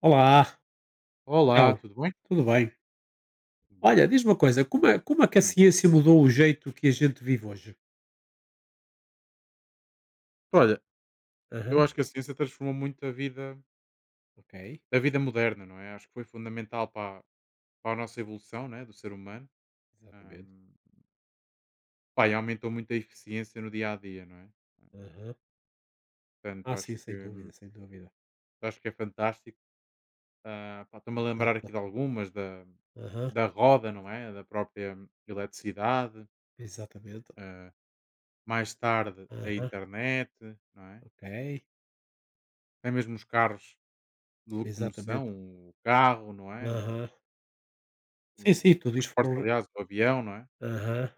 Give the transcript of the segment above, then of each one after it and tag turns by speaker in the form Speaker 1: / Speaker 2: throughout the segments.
Speaker 1: Olá,
Speaker 2: Olá,
Speaker 1: então,
Speaker 2: tudo bem?
Speaker 1: tudo bem?
Speaker 2: Boa.
Speaker 1: Olha, diz-me uma coisa, como é que a
Speaker 2: Hum.
Speaker 1: ciência mudou o jeito que a gente vive hoje?
Speaker 2: Olha, eu
Speaker 1: Aham.
Speaker 2: acho que a ciência transformou muito
Speaker 1: Ok,
Speaker 2: a vida moderna, não é? Acho que foi fundamental para a nossa evolução, né, do ser humano.
Speaker 1: exatamente.
Speaker 2: Hum, pá, e aumentou muito a eficiência no dia a dia, não é?
Speaker 1: Aham.
Speaker 2: Portanto,
Speaker 1: Ah, sim, sem dúvida, sem dúvida.
Speaker 2: acho que é fantástico. Ah, pá, estou-me a lembrar
Speaker 1: Exato.
Speaker 2: aqui de algumas, da,
Speaker 1: Aham.
Speaker 2: da roda, não é? Da própria eletricidade,
Speaker 1: Exatamente.
Speaker 2: ah, mais tarde a
Speaker 1: Aham.
Speaker 2: internet, não é?
Speaker 1: Ok,
Speaker 2: Até mesmo os carros de locomoção,
Speaker 1: exatamente.
Speaker 2: o carro, não é?
Speaker 1: Aham. Sim, sim,
Speaker 2: O
Speaker 1: tudo isto
Speaker 2: transporte,
Speaker 1: foram.
Speaker 2: aliás, o avião, não é?
Speaker 1: Aham.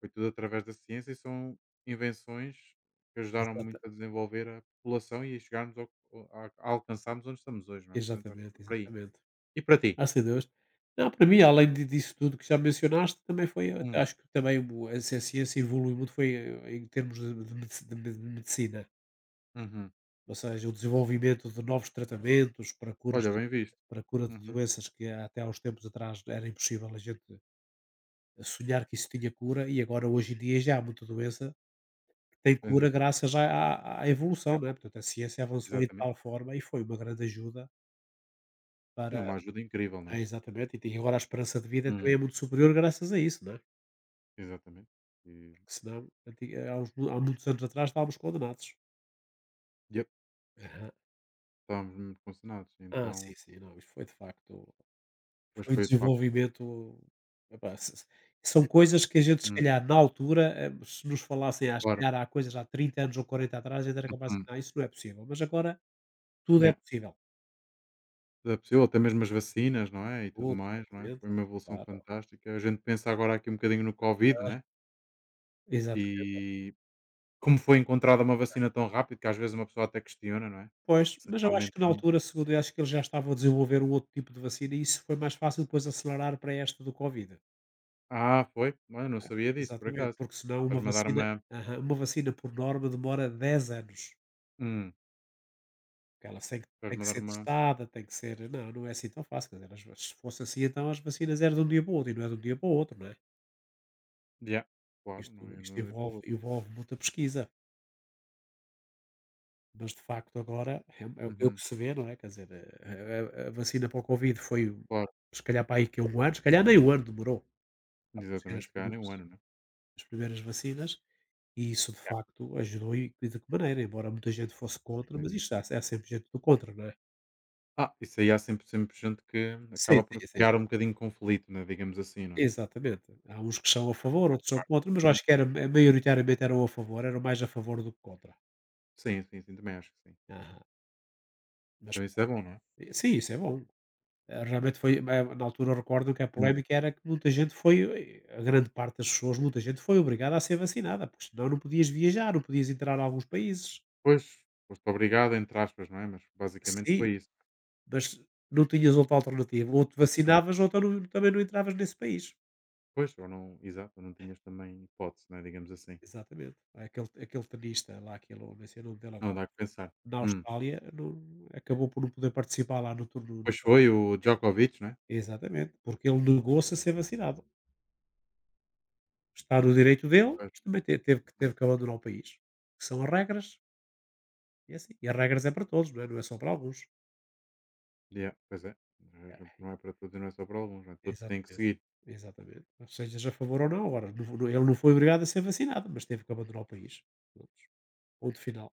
Speaker 2: Foi tudo através da ciência e são invenções que ajudaram
Speaker 1: Exata,
Speaker 2: muito a desenvolver a população e a chegarmos ao a alcançarmos onde estamos hoje, não é? Portanto, acho que foi
Speaker 1: exatamente,
Speaker 2: por aí.
Speaker 1: exatamente.
Speaker 2: E para ti?
Speaker 1: Graças a Deus. Não, para mim, além de disso tudo que já mencionaste, também foi até
Speaker 2: Hum,
Speaker 1: acho que também o a ci a ciência evoluiu muito foi em termos de medicina,
Speaker 2: uhum.
Speaker 1: ou seja, o desenvolvimento de novos tratamentos para
Speaker 2: Olha, bem visto.
Speaker 1: cura de
Speaker 2: Uhum,
Speaker 1: doenças que até há uns tempos atrás era impossível a gente sonhar que isso tinha cura e agora hoje em dia já há muita doença que tem
Speaker 2: sem
Speaker 1: cura
Speaker 2: dúvida.
Speaker 1: graças à evolução,
Speaker 2: Yeah,
Speaker 1: não é, portanto a ciência avançou de
Speaker 2: exatamente.
Speaker 1: tal forma e foi uma grande ajuda
Speaker 2: Sim,
Speaker 1: para
Speaker 2: uma ajuda incrível, não
Speaker 1: é,
Speaker 2: é?
Speaker 1: exatamente, e tem agora a esperança de vida também
Speaker 2: Hum.
Speaker 1: é muito superior graças a isso, não é?
Speaker 2: Exatamente. E,
Speaker 1: Que senão, anti há uns mu- há muitos anos atrás estávamos condenados.
Speaker 2: yep,
Speaker 1: Aham.
Speaker 2: estávamos muito condicionados.
Speaker 1: Ah,
Speaker 2: Então,
Speaker 1: sim, sim, não, isto foi de facto
Speaker 2: hoje
Speaker 1: foi um
Speaker 2: foi de facto.
Speaker 1: desenvolvimento, epá, se são coisas que a gente se
Speaker 2: Hum.
Speaker 1: calhar na altura, se nos falassem há se
Speaker 2: Claro.
Speaker 1: calhar há coisas há 30 anos ou 40 atrás, ainda era capaz de
Speaker 2: Hum.
Speaker 1: dizer: "Não, isso não é possível", mas agora tudo é
Speaker 2: Yeah.
Speaker 1: possível.
Speaker 2: É possível, até mesmo as vacinas, não é? E tudo
Speaker 1: Tudo,
Speaker 2: mais, não é? Foi
Speaker 1: exatamente,
Speaker 2: uma evolução
Speaker 1: claro.
Speaker 2: fantástica. A gente pensa agora aqui um bocadinho no Covid, né?
Speaker 1: Exatamente.
Speaker 2: E como foi encontrada uma vacina tão rápido que às vezes uma pessoa até questiona, não é?
Speaker 1: Pois,
Speaker 2: Se
Speaker 1: mas eu acho
Speaker 2: realmente
Speaker 1: que na
Speaker 2: não.
Speaker 1: altura, segundo eu, acho que eles já estavam a desenvolver um outro tipo de vacina e isso foi mais fácil depois acelerar para esta do covid.
Speaker 2: Ah, foi? Olha, não sabia disso, por
Speaker 1: Exatamente,
Speaker 2: acaso.
Speaker 1: porque senão uma
Speaker 2: Estás-me a dar
Speaker 1: vacina
Speaker 2: uma.
Speaker 1: aham, uma vacina por norma demora 10 anos,
Speaker 2: Hum,
Speaker 1: porque ela tem
Speaker 2: estás-me
Speaker 1: que
Speaker 2: a dar
Speaker 1: ser
Speaker 2: uma.
Speaker 1: testada, tem que ser não, não é assim tão fácil, quer dizer, as va se fosse assim então as vacinas eram de um dia para o outro e não é de um dia para o outro, não é?
Speaker 2: Yeah, claro,
Speaker 1: Isto
Speaker 2: não é?
Speaker 1: isto
Speaker 2: Não é para o
Speaker 1: envolve
Speaker 2: outro.
Speaker 1: envolve muita pesquisa, mas de facto agora é o que
Speaker 2: Uhum,
Speaker 1: se vê, não é? Quer dizer, a vacina para o covid foi
Speaker 2: claro,
Speaker 1: se calhar para aí que é 1 ano, se calhar nem um ano demorou a aparecer
Speaker 2: exatamente, se calhar nem um ano, né.
Speaker 1: as primeiras vacinas. E isso de
Speaker 2: Yeah,
Speaker 1: facto ajudou e de que maneira, embora muita gente fosse contra,
Speaker 2: foi
Speaker 1: mas
Speaker 2: imenso.
Speaker 1: isto há sempre gente do contra, não é?
Speaker 2: Ah, isso aí há sempre, sempre gente que
Speaker 1: Sim,
Speaker 2: acaba por
Speaker 1: sim, sim.
Speaker 2: criar um bocadinho de conflito, né? Digamos assim, não é?
Speaker 1: Exatamente. Há uns que são a favor, outros são contra, mas eu
Speaker 2: Hum,
Speaker 1: acho que era ma maioritariamente eram a favor, eram mais a favor do que contra.
Speaker 2: Sim, sim, sim, também acho que sim.
Speaker 1: Aham. Mas
Speaker 2: Então isso é bom, não é?
Speaker 1: sim, isso é bom. Realmente foi ma na altura eu recordo que a
Speaker 2: Hum.
Speaker 1: polémica era que muita gente foi a grande parte das pessoas, muita gente foi obrigada a ser vacinada, porque senão não podias viajar, não podias entrar em alguns países.
Speaker 2: Pois, foste obrigado, entre aspas, não é? Mas basicamente
Speaker 1: Sim.
Speaker 2: foi isso.
Speaker 1: Mas não tinhas outra alternativa, ou te
Speaker 2: Hum.
Speaker 1: vacinavas ou então também não entravas nesse país.
Speaker 2: Pois, ou não, exato, ou não tinhas também hipótese, não é? Digamos assim.
Speaker 1: Exatamente. Aquele tenista lá, aquele, não sei o nome dele
Speaker 2: Não
Speaker 1: agora,
Speaker 2: dá que pensar.
Speaker 1: na
Speaker 2: Hum.
Speaker 1: Austrália, acabou por não poder participar lá no turno.
Speaker 2: Pois foi o Djokovic, não é?
Speaker 1: Exatamente, porque ele negou-se a ser vacinado. Está no direito dele,
Speaker 2: Pois,
Speaker 1: mas também
Speaker 2: hum.
Speaker 1: teve que abandonar o país. Que são as regras, e é assim. E as regras é para todos, não é, não é só para alguns.
Speaker 2: Yeah, pois é.
Speaker 1: Ah.
Speaker 2: Não é para todos e não é só para alguns, não é? Todos têm que
Speaker 1: Exatamente.
Speaker 2: seguir.
Speaker 1: Exatamente. Ou sejas a favor ou não, agora, ele não foi obrigado a ser vacinado, mas teve que abandonar o país. Pronto. Ponto final.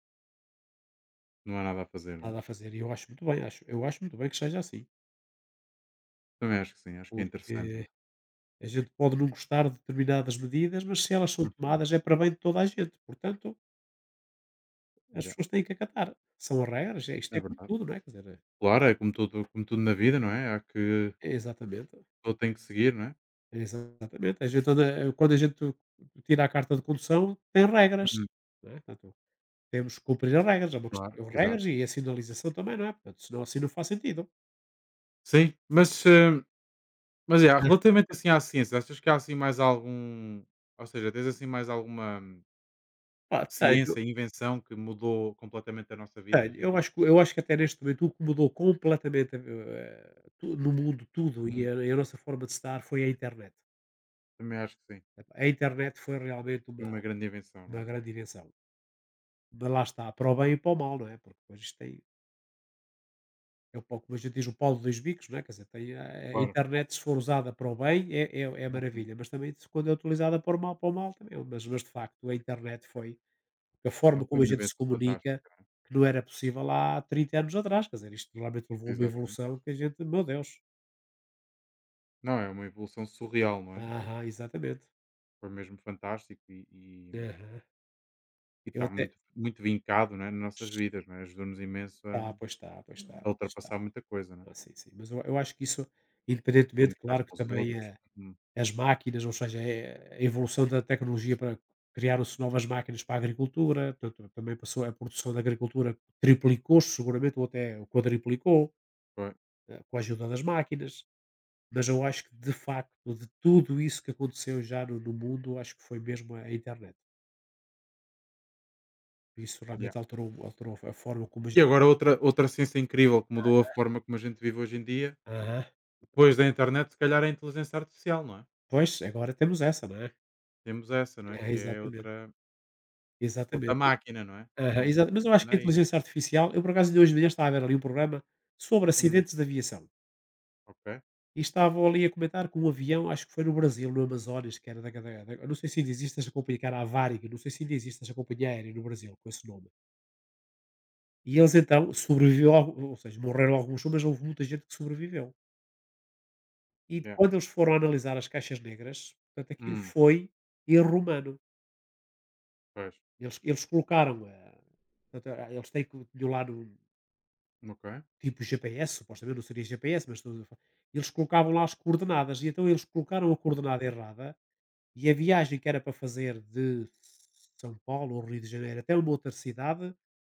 Speaker 2: Não há nada a fazer, não
Speaker 1: Nada
Speaker 2: é?
Speaker 1: a fazer. E eu acho muito bem, acho muito bem que seja assim,
Speaker 2: Também acho que sim, acho que é interessante, não
Speaker 1: porque
Speaker 2: é?
Speaker 1: a gente pode não gostar de determinadas medidas, mas se elas são
Speaker 2: Uhum.
Speaker 1: tomadas é para bem de toda a gente, portanto, as
Speaker 2: Yeah,
Speaker 1: pessoas têm que acatar. São as regras, é isto
Speaker 2: é
Speaker 1: é como
Speaker 2: verdade.
Speaker 1: tudo, não é, quer dizer,
Speaker 2: Claro, é como tudo na vida, não é? Há que.
Speaker 1: é exatamente,
Speaker 2: Todo tem que seguir, não é?
Speaker 1: é exatamente. A gente anda quando a gente tira a carta de condução, tem regras,
Speaker 2: Uhum.
Speaker 1: não é, portanto, temos que cumprir as regras, é uma questão
Speaker 2: Claro,
Speaker 1: de
Speaker 2: exato.
Speaker 1: regras e a sinalização também, não é, portanto, senão assim não faz sentido.
Speaker 2: Sim, mas, eh, mas é, relativamente assim à ciência, achas que há assim mais algum, ou seja, tens assim mais alguma,
Speaker 1: Ah, pá,
Speaker 2: ciência, invenção que mudou completamente a nossa vida
Speaker 1: tenho.
Speaker 2: hoje em
Speaker 1: Eu
Speaker 2: dia?
Speaker 1: acho que eu acho que até neste momento o que mudou completamente, tu no mundo tudo e
Speaker 2: Hum,
Speaker 1: a e a nossa forma de estar foi a internet.
Speaker 2: também acho que sim.
Speaker 1: A internet foi realmente
Speaker 2: Foi uma grande invenção, não
Speaker 1: uma
Speaker 2: é?
Speaker 1: grande invenção. Mas lá está, para o bem e para o mal, não é? Porque depois isto tem é um pouco como a gente diz, o pau de 2 bicos, não é? Quer dizer, tem a
Speaker 2: Claro.
Speaker 1: internet se for usada para o bem é é é
Speaker 2: Uhum.
Speaker 1: maravilha, mas também se quando é utilizada para o mal também, é um, mas de facto a internet foi porque a
Speaker 2: Não,
Speaker 1: forma
Speaker 2: foi
Speaker 1: como a
Speaker 2: uma
Speaker 1: gente se
Speaker 2: invenção fantástica,
Speaker 1: comunica,
Speaker 2: não é?
Speaker 1: que não era possível há 30 anos atrás, quer dizer, isto realmente levou a uma
Speaker 2: Exatamente.
Speaker 1: evolução que a gente, meu Deus.
Speaker 2: Não, é uma evolução surreal, não é?
Speaker 1: Aham, exatamente.
Speaker 2: Foi mesmo fantástico
Speaker 1: Aham.
Speaker 2: e
Speaker 1: Eu
Speaker 2: está
Speaker 1: até
Speaker 2: muito, muito vincado, não é? Nas nossas vidas, não é? Ajudou-nos imenso
Speaker 1: pois está, pois está,
Speaker 2: a
Speaker 1: pois está.
Speaker 2: ultrapassar muita coisa, não é?
Speaker 1: Ah, sim, sim, mas eu acho que isso, independentemente,
Speaker 2: Comunicar
Speaker 1: claro que
Speaker 2: com os
Speaker 1: também,
Speaker 2: outros. Uhum.
Speaker 1: as máquinas, ou seja, a evolução da tecnologia para criaram-se novas máquinas para a agricultura, portanto, também passou a produção da agricultura triplicou-se seguramente ou até quadriplicou,
Speaker 2: Foi.
Speaker 1: com a ajuda das máquinas. Mas eu acho que de facto, de tudo isso que aconteceu já no mundo, acho que foi mesmo a internet. Isso
Speaker 2: Yeah.
Speaker 1: realmente alterou a forma como a
Speaker 2: E
Speaker 1: gente.
Speaker 2: agora outra ciência incrível que mudou a forma como a gente vive hoje em dia,
Speaker 1: Aham.
Speaker 2: depois da internet, se calhar é a inteligência artificial, não é?
Speaker 1: Pois, agora temos essa, não é?
Speaker 2: Temos essa, não é?
Speaker 1: É, é,
Speaker 2: Que é
Speaker 1: exatamente,
Speaker 2: outra outra
Speaker 1: exatamente.
Speaker 2: máquina, não é?
Speaker 1: Aham.
Speaker 2: Digamos
Speaker 1: Exato, mas
Speaker 2: assim,
Speaker 1: eu
Speaker 2: que
Speaker 1: acho
Speaker 2: anda
Speaker 1: que a
Speaker 2: aí.
Speaker 1: inteligência artificial eu por acaso de hoje de manhã estava a ver ali um programa sobre
Speaker 2: Hum,
Speaker 1: acidentes de aviação,
Speaker 2: ok.
Speaker 1: e estavam ali a comentar que um avião, acho que foi no Brasil, no Amazonas, que era da eu não sei se ainda existe essa companhia, que era a Varig, não sei se ainda existe essa companhia aérea no Brasil com esse nome. E eles então sobreviveu al ou seja, morreram alguns, mas houve muita gente que sobreviveu. E
Speaker 2: Yeah.
Speaker 1: quando eles foram analisar as caixas negras, portanto aquilo
Speaker 2: Hum,
Speaker 1: foi erro humano.
Speaker 2: pois.
Speaker 1: Eles colocaram a portanto, a eles têm que tinham lá no
Speaker 2: Ok.
Speaker 1: tipo GPS, supostamente não seria GPS, mas estamos a fa eles colocavam lá as coordenadas, e então eles colocaram a coordenada
Speaker 2: Ok.
Speaker 1: errada, e a viagem que era para fazer de São Paulo ou Rio de Janeiro até uma outra cidade,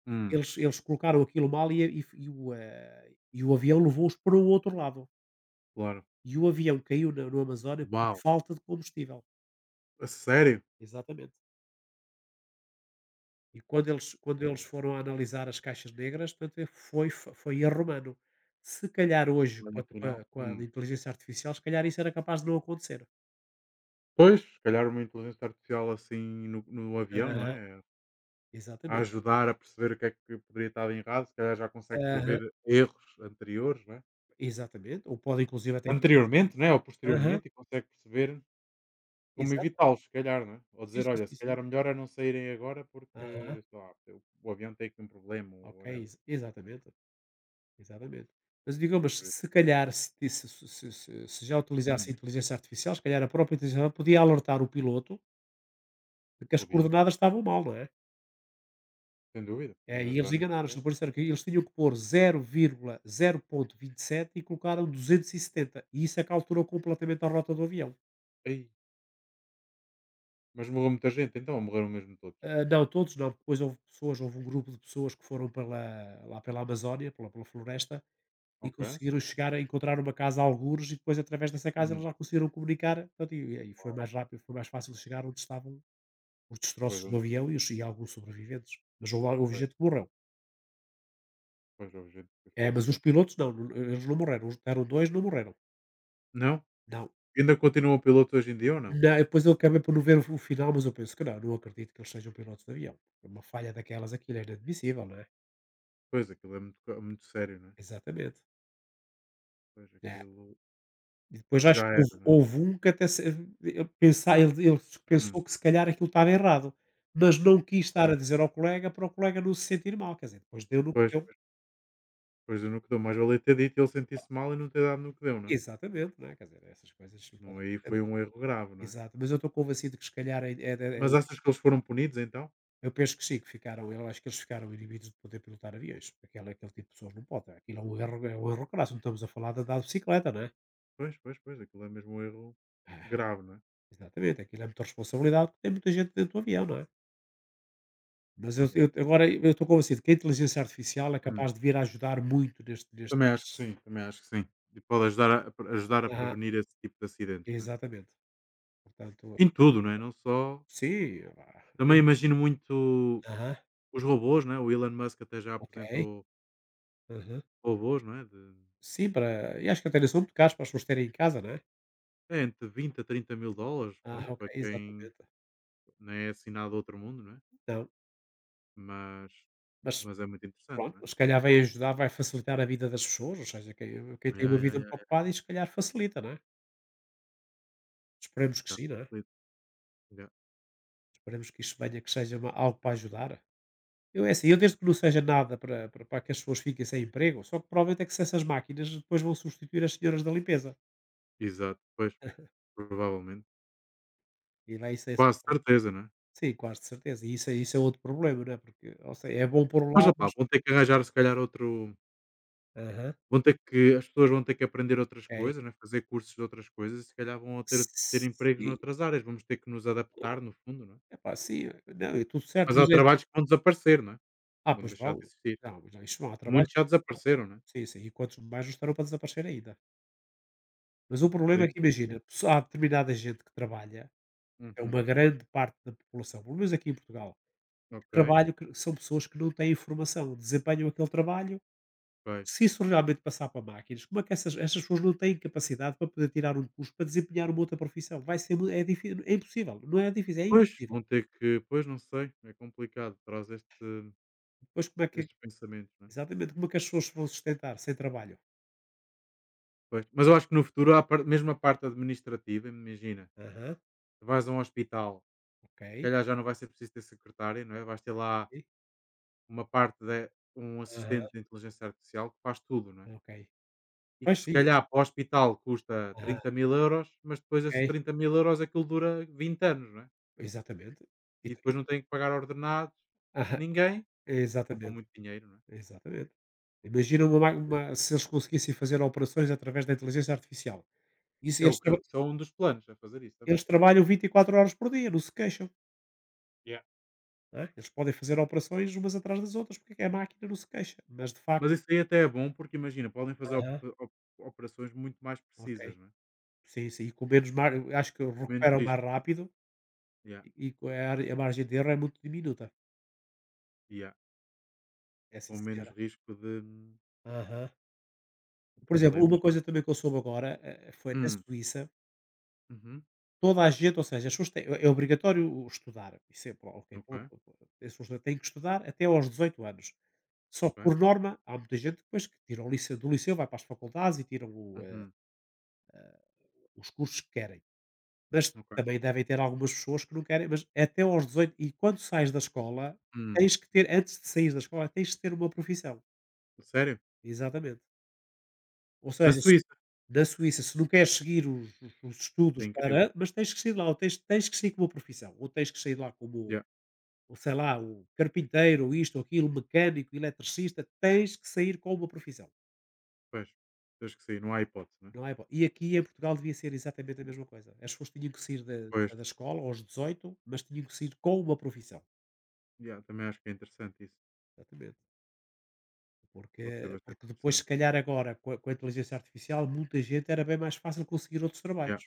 Speaker 2: Hum,
Speaker 1: eles colocaram aquilo mal e a e f e o, eh, e o avião levou-os para o outro lado.
Speaker 2: claro.
Speaker 1: E o avião caiu na no Amazónia por
Speaker 2: Uau!
Speaker 1: falta de combustível.
Speaker 2: A sério?
Speaker 1: Exatamente. E quando eles
Speaker 2: Pô,
Speaker 1: foram analisar as caixas negras, portanto, foi erro humano. Se calhar hoje, com
Speaker 2: olha,
Speaker 1: a
Speaker 2: afinal. Hum.
Speaker 1: inteligência artificial, se calhar isso era capaz de não acontecer.
Speaker 2: Pois, se calhar uma inteligência artificial assim no avião, não
Speaker 1: Aham.
Speaker 2: é? A
Speaker 1: Exatamente.
Speaker 2: ajudar a perceber o que é que poderia estar de errado, se calhar já consegue
Speaker 1: Aham.
Speaker 2: prever erros anteriores, não é?
Speaker 1: Exatamente, ou pode inclusive até inteligência.
Speaker 2: Anteriormente, não é? Ou
Speaker 1: Aham.
Speaker 2: posteriormente, e consegue perceber como
Speaker 1: Exato.
Speaker 2: evitá-los, se calhar, não é? Ou
Speaker 1: Sim,
Speaker 2: dizer:
Speaker 1: sim,
Speaker 2: olha,
Speaker 1: sim,
Speaker 2: se
Speaker 1: sim.
Speaker 2: calhar melhor é não saírem agora
Speaker 1: Aham.
Speaker 2: porque, sei lá, o avião tem aqui um problema ou whatever.
Speaker 1: Exatamente. Exatamente. Mas digamos,
Speaker 2: Por exemplo.
Speaker 1: se calhar, se, ti- se- se- se- já utilizasse a
Speaker 2: Hum,
Speaker 1: inteligência artificial, se calhar a própria inteligência artificial podia alertar o piloto de que as
Speaker 2: Podia,
Speaker 1: coordenadas estavam mal, não é?
Speaker 2: sem dúvida,
Speaker 1: É,
Speaker 2: podia
Speaker 1: e eles
Speaker 2: ajudar nesse
Speaker 1: enganaram-se,
Speaker 2: aspecto.
Speaker 1: por isso era que eles tinham que pôr zero zero vírgula zero ponto vinte e sete e colocaram 270. E setenta. E isso é que alterou completamente a rota do avião.
Speaker 2: Ei, mas morreu muita gente, então morreram mesmo todos.
Speaker 1: Ah, não, todos não. Depois houve pessoas, houve um grupo de pessoas que foram pela, lá pela Amazónia, pela, pela floresta, e
Speaker 2: Ok.
Speaker 1: conseguiram chegar a encontrar uma casa a algures e depois através dessa casa eles
Speaker 2: Hum,
Speaker 1: já conseguiram comunicar, portanto, e aí foi mais rápido, foi mais fácil chegar onde estavam os
Speaker 2: pois,
Speaker 1: destroços do avião e os e alguns sobreviventes. Mas houve, houve
Speaker 2: pois,
Speaker 1: gente que morreu.
Speaker 2: pois houve gente que
Speaker 1: É, mas os
Speaker 2: faleceu.
Speaker 1: pilotos não, não, eles não morreram. Eram dois, não morreram.
Speaker 2: Não?
Speaker 1: Não.
Speaker 2: Ainda continua o piloto hoje em dia ou não?
Speaker 1: Não, depois eu acabei por não ver o final, mas eu penso que não, não acredito que eles sejam pilotos de avião. É uma falha daquelas, aquilo é inadmissível, não é?
Speaker 2: Pois, aquilo é muito, co- muito sério, não é?
Speaker 1: Exatamente.
Speaker 2: Pois,
Speaker 1: É.
Speaker 2: aquilo
Speaker 1: E depois acho
Speaker 2: já
Speaker 1: que
Speaker 2: era,
Speaker 1: houve
Speaker 2: não é?
Speaker 1: houve um que até se ele pensar ele ele
Speaker 2: Hum,
Speaker 1: pensou que se calhar aquilo estava errado, mas não quis estar a
Speaker 2: Pois,
Speaker 1: dizer ao colega para o colega não se sentir mal, quer dizer, depois deu no que
Speaker 2: pois,
Speaker 1: deu.
Speaker 2: pois eu no que dou, mais valia ter dito e ele sentir-se mal e não ter dado no que deu, não é?
Speaker 1: Exatamente, não é, quer dizer, essas coisas não podem
Speaker 2: Não, aí
Speaker 1: acontecer, mas
Speaker 2: foi um erro grave, não é?
Speaker 1: exato, mas eu estou convencido que se calhar
Speaker 2: Mas achas que eles foram punidos, então?
Speaker 1: eu penso que sim, que ficaram eu acho que eles ficaram inibidos de poder pilotar aviões, porque aquela aquele tipo de pessoas não pode, aquilo é um erro crasso, não estamos a falar de andar de bicicleta, não é?
Speaker 2: Pois, pois, pois, aquilo é mesmo um erro
Speaker 1: Ah.
Speaker 2: grave, não é?
Speaker 1: Exatamente, aquilo é muita responsabilidade, porque tem muita gente dentro do avião, não é? Mas eu
Speaker 2: Yeah.
Speaker 1: eu agora eu estou convencido que a inteligência artificial é capaz
Speaker 2: Hum.
Speaker 1: de vir a ajudar muito
Speaker 2: Também acho
Speaker 1: nestes
Speaker 2: que sim, também acho que sim. E pode ajudar a ajudar a
Speaker 1: aham,
Speaker 2: prevenir esse tipo de acidentes, não é?
Speaker 1: exatamente. Portanto,
Speaker 2: Em tudo, não é? Não só.
Speaker 1: sim,
Speaker 2: Também imagino muito
Speaker 1: aham,
Speaker 2: os robôs, não é? O Elon Musk até já
Speaker 1: ok,
Speaker 2: apresentou
Speaker 1: aham.
Speaker 2: robôs, não é? De,
Speaker 1: Sim, para e acho que até nem são muito caros para as pessoas terem em casa, não é?
Speaker 2: é entre 20 a 30 mil dólares,
Speaker 1: Ah,
Speaker 2: pronto,
Speaker 1: ok,
Speaker 2: para quem
Speaker 1: exatamente.
Speaker 2: não é assinado outro mundo, não é?
Speaker 1: Não,
Speaker 2: Mas
Speaker 1: mas
Speaker 2: mas é muito interessante, não é?
Speaker 1: pronto, se calhar vai ajudar, vai facilitar a vida das pessoas, ou seja, quem tem
Speaker 2: Ya,
Speaker 1: uma
Speaker 2: ya,
Speaker 1: vida
Speaker 2: ya,
Speaker 1: muito ocupada, e se calhar facilita, não é? Esperemos que
Speaker 2: ya.
Speaker 1: sim, não é?
Speaker 2: Ya,
Speaker 1: Esperemos que isto venha, que seja uma algo para ajudar. Eu é assim, eu desde que não seja nada para que as pessoas fiquem sem emprego, só que provavelmente é que se essas máquinas depois vão substituir as senhoras da limpeza.
Speaker 2: exato, pois, provavelmente.
Speaker 1: E lá isso é
Speaker 2: Quase certeza, não é?
Speaker 1: sim, quase de certeza. E isso é outro problema, não é, porque ou seja, é bom por um
Speaker 2: Mas
Speaker 1: lado,
Speaker 2: opá,
Speaker 1: mas
Speaker 2: vão ter que arranjar se calhar outro,
Speaker 1: aham.
Speaker 2: vão ter que, as pessoas vão ter que aprender outras
Speaker 1: É.
Speaker 2: coisas, não é? Fazer cursos de outras coisas e se calhar vão
Speaker 1: S
Speaker 2: ter empregos
Speaker 1: sim,
Speaker 2: noutras áreas, vamos ter que nos adaptar no fundo, não é?
Speaker 1: epá, sim, não, é tudo certo,
Speaker 2: Mas
Speaker 1: mas
Speaker 2: há
Speaker 1: é assim,
Speaker 2: trabalhos que vão desaparecer, não é?
Speaker 1: ah,
Speaker 2: Vão
Speaker 1: pois
Speaker 2: deixar de
Speaker 1: vão.
Speaker 2: existir.
Speaker 1: Não, mas não, isto não há trabalhos
Speaker 2: Muitos
Speaker 1: que
Speaker 2: já
Speaker 1: vão desaparecer.
Speaker 2: desapareceram, não é?
Speaker 1: Sim, sim, e quantos mais não estarão para desaparecer ainda. Mas o problema é
Speaker 2: Sim,
Speaker 1: que
Speaker 2: sim, sim.
Speaker 1: imagina, há determinada gente que trabalha, é
Speaker 2: Uhum.
Speaker 1: uma grande parte da população, pelo menos aqui em Portugal
Speaker 2: Ok,
Speaker 1: trabalho que são pessoas que não têm formação, desempenham aquele trabalho.
Speaker 2: ok.
Speaker 1: Se isso realmente passar para máquinas, como é que essas pessoas não têm capacidade para poder tirar um curso para desempenhar uma outra profissão? Vai ser é, é impossível, não é difícil, é
Speaker 2: Pois,
Speaker 1: impossível.
Speaker 2: vão ter que, pois não sei, é complicado, traz este,
Speaker 1: Depois como é que
Speaker 2: estes pensamentos, não é?
Speaker 1: exatamente como é que as pessoas se vão sustentar sem trabalho?
Speaker 2: Pois. Mas eu acho que no futuro, há par- mesmo a parte administrativa, imagina,
Speaker 1: Aham,
Speaker 2: vais a um hospital, se
Speaker 1: ok,
Speaker 2: calhar já não vai ser preciso ter secretária, não é? Vais ter lá
Speaker 1: ok,
Speaker 2: uma parte de um
Speaker 1: aham,
Speaker 2: assistente de inteligência artificial que faz tudo, não é?
Speaker 1: ok.
Speaker 2: E
Speaker 1: Pois
Speaker 2: que se
Speaker 1: sim,
Speaker 2: calhar para o hospital custa
Speaker 1: aham,
Speaker 2: 30 mil euros, mas depois esses
Speaker 1: ok,
Speaker 2: 30 mil euros aquilo dura 20 anos, não é?
Speaker 1: exatamente. E
Speaker 2: E
Speaker 1: tu- e-
Speaker 2: depois não tem que pagar ordenados a
Speaker 1: aham,
Speaker 2: ninguém e poupam
Speaker 1: exatamente,
Speaker 2: muito dinheiro, não é?
Speaker 1: exatamente. Imagina se eles conseguissem fazer operações através da inteligência artificial. Isso,
Speaker 2: É o
Speaker 1: eles,
Speaker 2: que,
Speaker 1: traba-
Speaker 2: só um dos planos, é fazer isso também.
Speaker 1: Eles trabalham 24 horas por dia, não se queixam,
Speaker 2: Yeah.
Speaker 1: não é? Eles podem fazer operações umas atrás das outras, porque é que a máquina não se queixa, mas de facto
Speaker 2: Mas isso aí até é bom, porque imagina, podem fazer op
Speaker 1: aham.
Speaker 2: op operações muito mais
Speaker 1: Ok.
Speaker 2: precisas, não é?
Speaker 1: Sim, sim, e com menos mar acho que
Speaker 2: Menos
Speaker 1: recuperam mais
Speaker 2: risco.
Speaker 1: rápido
Speaker 2: Yeah,
Speaker 1: e com a margem de erro é muito diminuta.
Speaker 2: yeah.
Speaker 1: É sim
Speaker 2: Com menos
Speaker 1: senhora.
Speaker 2: risco
Speaker 1: Aham.
Speaker 2: de
Speaker 1: Por exemplo,
Speaker 2: problemas,
Speaker 1: uma
Speaker 2: não é?
Speaker 1: coisa também que eu soube agora, foi na
Speaker 2: Hum,
Speaker 1: Suíça,
Speaker 2: uhum,
Speaker 1: toda a gente, ou seja, as pessoas têm é obrigatório estudar, isso é pô, ok,
Speaker 2: ok,
Speaker 1: ponto, ponto. As pessoas têm que estudar até aos 18 anos. Só
Speaker 2: ok,
Speaker 1: que, por norma, há muita gente depois que tira o liceu do liceu, vai para as faculdades e tiram
Speaker 2: uhum,
Speaker 1: os cursos que querem. Mas
Speaker 2: ok,
Speaker 1: também devem ter algumas pessoas que não querem, mas até aos 18 e quando sais da escola,
Speaker 2: hum.
Speaker 1: tens que ter, antes de sair da escola, tens de ter uma profissão.
Speaker 2: Sério?
Speaker 1: Exatamente. Ou
Speaker 2: Na
Speaker 1: seja,
Speaker 2: Suíça?
Speaker 1: na Suíça, se não queres seguir os
Speaker 2: Isso
Speaker 1: estudos
Speaker 2: é incrível.
Speaker 1: para, mas tens que sair lá, ou tens, tens que sair com uma profissão, ou tens que sair lá como,
Speaker 2: Yeah,
Speaker 1: ou sei lá, o carpinteiro, ou isto, ou aquilo, mecânico, eletricista, tens que sair com uma profissão.
Speaker 2: pois, acho que sim, não há hipótese, não é?
Speaker 1: Não é bom. E aqui em Portugal devia ser exatamente a mesma coisa. As pessoas tinham que sair da,
Speaker 2: Pois,
Speaker 1: da da escola aos 18, mas tinham que sair com uma profissão.
Speaker 2: yeah, também acho que é interessante isso.
Speaker 1: Exatamente. Porque,
Speaker 2: Pode ser bastante
Speaker 1: porque depois, se
Speaker 2: interessante.
Speaker 1: calhar agora, com a inteligência artificial, muita gente era bem mais fácil conseguir outros
Speaker 2: Yeah,
Speaker 1: trabalhos.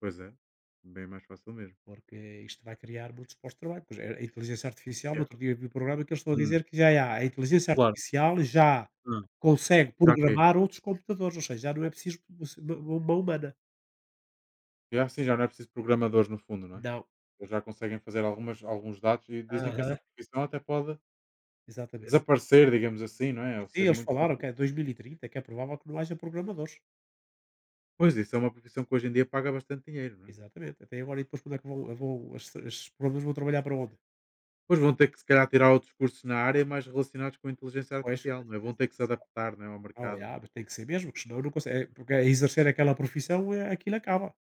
Speaker 2: pois é, bem mais fácil mesmo.
Speaker 1: Porque isto vai criar muitos postos de trabalho. Pois a inteligência artificial, no
Speaker 2: Yeah.
Speaker 1: outro dia eu vi um programa que eles estão a
Speaker 2: Hum,
Speaker 1: dizer que já há. A inteligência
Speaker 2: claro.
Speaker 1: artificial já
Speaker 2: Hum.
Speaker 1: consegue
Speaker 2: Já que,
Speaker 1: programar outros computadores. Ou seja, já não é preciso uma mão humana.
Speaker 2: yeah, sim, já não é preciso programadores no fundo, não é?
Speaker 1: Não.
Speaker 2: Eles já conseguem fazer algumas, alguns dados e dizem que
Speaker 1: Aham,
Speaker 2: essa profissão até pode
Speaker 1: exatamente.
Speaker 2: desaparecer, digamos assim, não é? Ou
Speaker 1: Sim,
Speaker 2: ser
Speaker 1: eles
Speaker 2: muito
Speaker 1: falaram que
Speaker 2: pouco.
Speaker 1: é 2030, que é provável que não haja programadores.
Speaker 2: Pois isso é uma profissão que hoje em dia paga bastante dinheiro, não é?
Speaker 1: Exatamente. Até agora, e depois quando é que vão, vão esses programas vão trabalhar para onde?
Speaker 2: Pois vão ter que, se calhar, tirar outros cursos na área mais relacionados com a inteligência
Speaker 1: Pois, com
Speaker 2: artificial,
Speaker 1: a
Speaker 2: não é? Vão
Speaker 1: inteligência
Speaker 2: ter que se
Speaker 1: artificial.
Speaker 2: adaptar, não é, ao
Speaker 1: Ah,
Speaker 2: mercado, não é?
Speaker 1: já mas tem que ser mesmo, porque senão não consegue. Porque é exercer aquela profissão, é, aquilo acaba.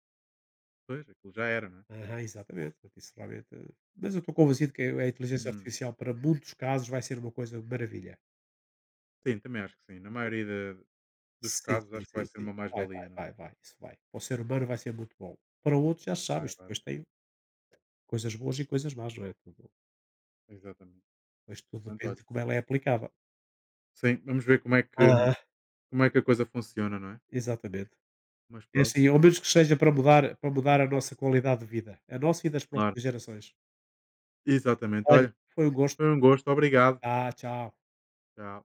Speaker 2: Pois, aquilo já era, não é?
Speaker 1: Aham, exatamente. Portanto, isso realmente. Mas eu estou convencido que a inteligência
Speaker 2: Hum.
Speaker 1: artificial, para muitos casos, vai ser uma coisa maravilha.
Speaker 2: Sim, também acho que sim. Na maioria dos
Speaker 1: Sim,
Speaker 2: casos,
Speaker 1: sim,
Speaker 2: acho que vai
Speaker 1: sim,
Speaker 2: ser
Speaker 1: sim.
Speaker 2: uma
Speaker 1: Vai,
Speaker 2: mais-valia, não é?
Speaker 1: vai, vai, vai. Isso vai. Para o ser humano vai ser muito bom. Para outros, já se sabe,
Speaker 2: Vai,
Speaker 1: isto
Speaker 2: vai,
Speaker 1: depois
Speaker 2: vai.
Speaker 1: tem coisas boas e coisas más, não é? Tudo,
Speaker 2: Exatamente.
Speaker 1: pois tudo
Speaker 2: Portanto,
Speaker 1: depende
Speaker 2: olha,
Speaker 1: de como ela é aplicada.
Speaker 2: sim, vamos ver
Speaker 1: Aham,
Speaker 2: como é que a coisa funciona, não é?
Speaker 1: exatamente.
Speaker 2: Mas
Speaker 1: É
Speaker 2: pronto.
Speaker 1: assim, ao menos que seja para mudar a nossa qualidade de vida, a nossa e das
Speaker 2: Claro.
Speaker 1: próximas gerações.
Speaker 2: Exatamente.
Speaker 1: Olha,
Speaker 2: Olha,
Speaker 1: foi um gosto.
Speaker 2: foi um gosto. Obrigado.
Speaker 1: Ah, tchau.
Speaker 2: Tchau.